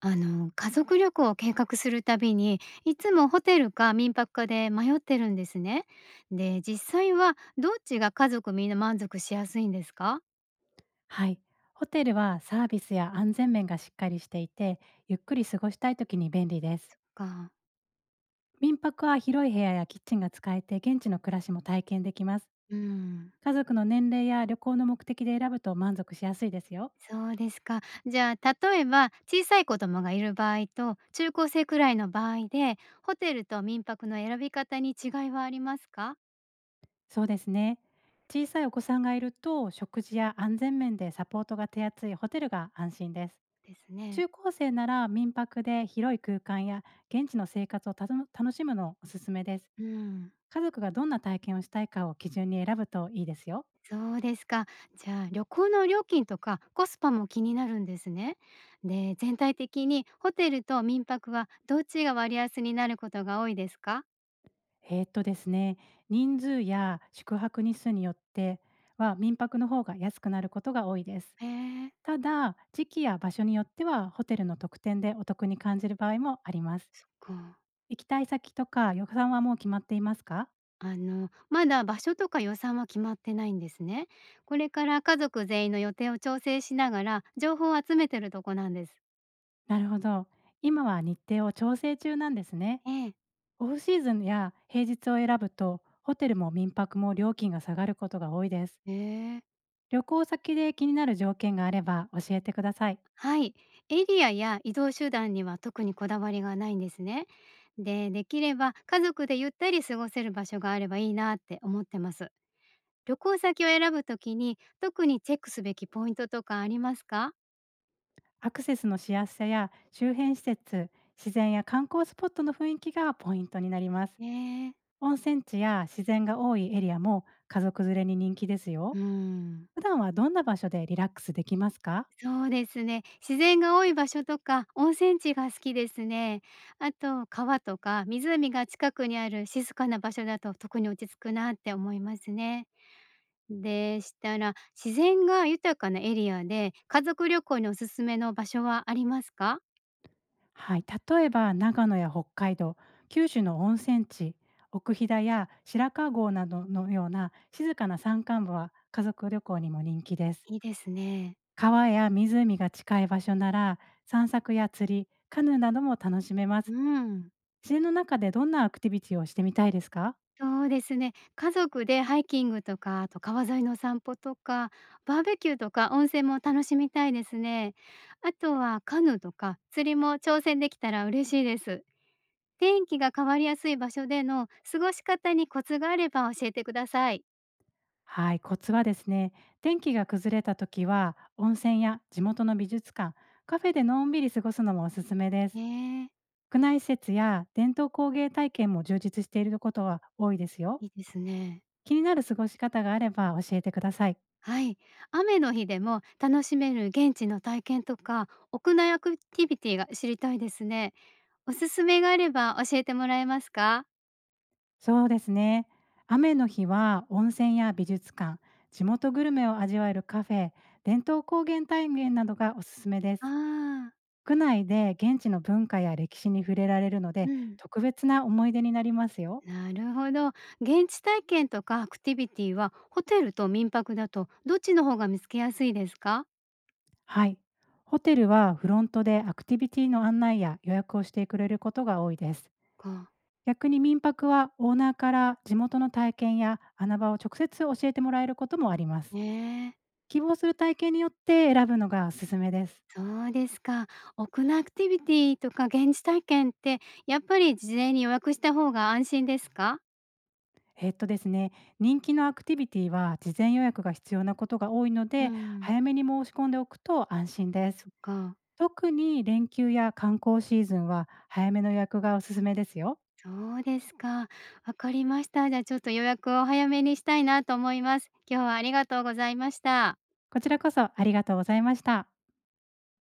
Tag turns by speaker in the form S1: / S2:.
S1: 家族旅行を計画するたびにいつもホテルか民泊かで迷ってるんですね。で、実際はどっちが家族みんな満足しやすいんですか？
S2: はい。ホテルはサービスや安全面がしっかりしていて、ゆっくり過ごしたい時に便利です。
S1: か。
S2: 民泊は広い部屋やキッチンが使えて、現地の暮らしも体験できます。
S1: うん。
S2: 家族の年齢や旅行の目的で選ぶと満足しやすいですよ。
S1: そうですか。じゃあ例えば小さい子供がいる場合と中高生くらいの場合でホテルと民泊の選び方に違いはありますか？
S2: そうですね。小さいお子さんがいると、食事や安全面でサポートが手厚いホテルが安心です。
S1: ですね。
S2: 中高生なら民泊で広い空間や現地の生活をたの楽しむのをおすすめです。
S1: うん。
S2: 家族がどんな体験をしたいかを基準に選ぶといいですよ。
S1: そうですか。じゃあ、旅行の料金とかコスパも気になるんですね。で、全体的にホテルと民泊はどっちが割安になることが多いですか？
S2: ですね、人数や宿泊日数によっては民泊の方が安くなることが多いです。
S1: へえ、
S2: ただ、時期や場所によってはホテルの特典でお得に感じる場合もあります。
S1: そっか。
S2: 行きたい先とか予算はもう決まっていますか？
S1: あの、まだ場所とか予算は決まってないんですね。これから家族全員の予定を調整しながら情報を集めてるとこなんです。
S2: なるほど。今は日程を調整中なんですね。
S1: ええ。
S2: オフシーズンや平日を選ぶとホテルも民泊も料金が下がることが多いです。
S1: へえ。
S2: 旅行先で気になる条件があれば教えてください。
S1: はい、エリアや移動手段には特にこだわりがないんですね。で、できれば家族でゆったり過ごせる場所があればいいなって思ってます。旅行先を選ぶときに特にチェックすべきポイントとかありますか？
S2: アクセスのしやすさや周辺施設、自然や観光スポットの雰囲気がポイントになります。
S1: えー、
S2: 温泉地や自然が多いエリアも家族連れに人気です
S1: う
S2: よ。
S1: ん。
S2: 普段はどんな場所でリラックスできますか？
S1: そうですね。自然が多い場所とか温泉地が好きですね。あと川とか湖が近くにある静かな場所だと特に落ち着くなって思いますね。でしたら、自然が豊かなエリアで、家族旅行におすすめの場所はありますか？
S2: はい、例えば長野や北海道、九州の温泉地、奥飛騨や白川郷などのような静かな山間部は家族旅行にも人気です。
S1: いいですね。
S2: 川や湖が近い場所なら散策や釣り、カヌーなども楽しめま
S1: う
S2: す。
S1: ん。
S2: 自然の中でどんなアクティビティをしてみたいですか？
S1: そうですね。家族でハイキングとか、あと川沿いの散歩とか、バーベキューとか温泉も楽しみたいですね。あとはカヌーとか釣りも挑戦できたら嬉しいです。天気が変わりやすい場所での過ごし方にコツがあれば教えてください。
S2: はい、コツはですね、天気が崩れた時は温泉や地元の美術館、カフェでのんびり過ごすのもおすすめです。
S1: ね
S2: 国内施設や伝統工芸体験も充実していることは多いですよ。
S1: え、いいですね。
S2: 気になる過ごし方があれば教えてください。
S1: はい。雨の日でも楽しめる現地の体験とか、屋内アクティビティが知りたいですね。おすすめがあれば教えてもらえますか？
S2: そうですね。雨の日は温泉や美術館、地元グルメを味わえるカフェ、伝統工芸体験などがおすすめで
S1: あ
S2: す。
S1: あ、
S2: 国内で現地の文化や歴史に触れられるの
S1: う
S2: で、
S1: ん。
S2: 特別な思い出になりますよ。
S1: なるほど。現地体験とかアクティビティは、ホテルと民泊だと、どっちの方が見つけやすいですか？
S2: はい。ホテルはフロントでアクティビティの案内や予約をしてくれることが多いです。
S1: か。
S2: 逆に民泊はオーナーから地元の体験や穴場を直接教えてもらえることもあります。
S1: ねえ。
S2: 希望する体験によって選ぶのがおすすめです。
S1: そうですか。屋内アクティビティとか現地体験って、やっぱり事前に予約した方が安心ですか？
S2: えっとですね、人気のアクティビティは事前予約が必要なことが多いの
S1: う
S2: で、
S1: ん。
S2: 早めに申し込んでおくと安心で
S1: そ
S2: す。
S1: っか。
S2: 特に連休や観光シーズンは早めの予約がおすすめですよ。
S1: そうですか。わかりました。じゃあ、ちょっと予約を早めにしたいなと思います。今日はありがとうございました。
S2: こちらこそありがとうございました。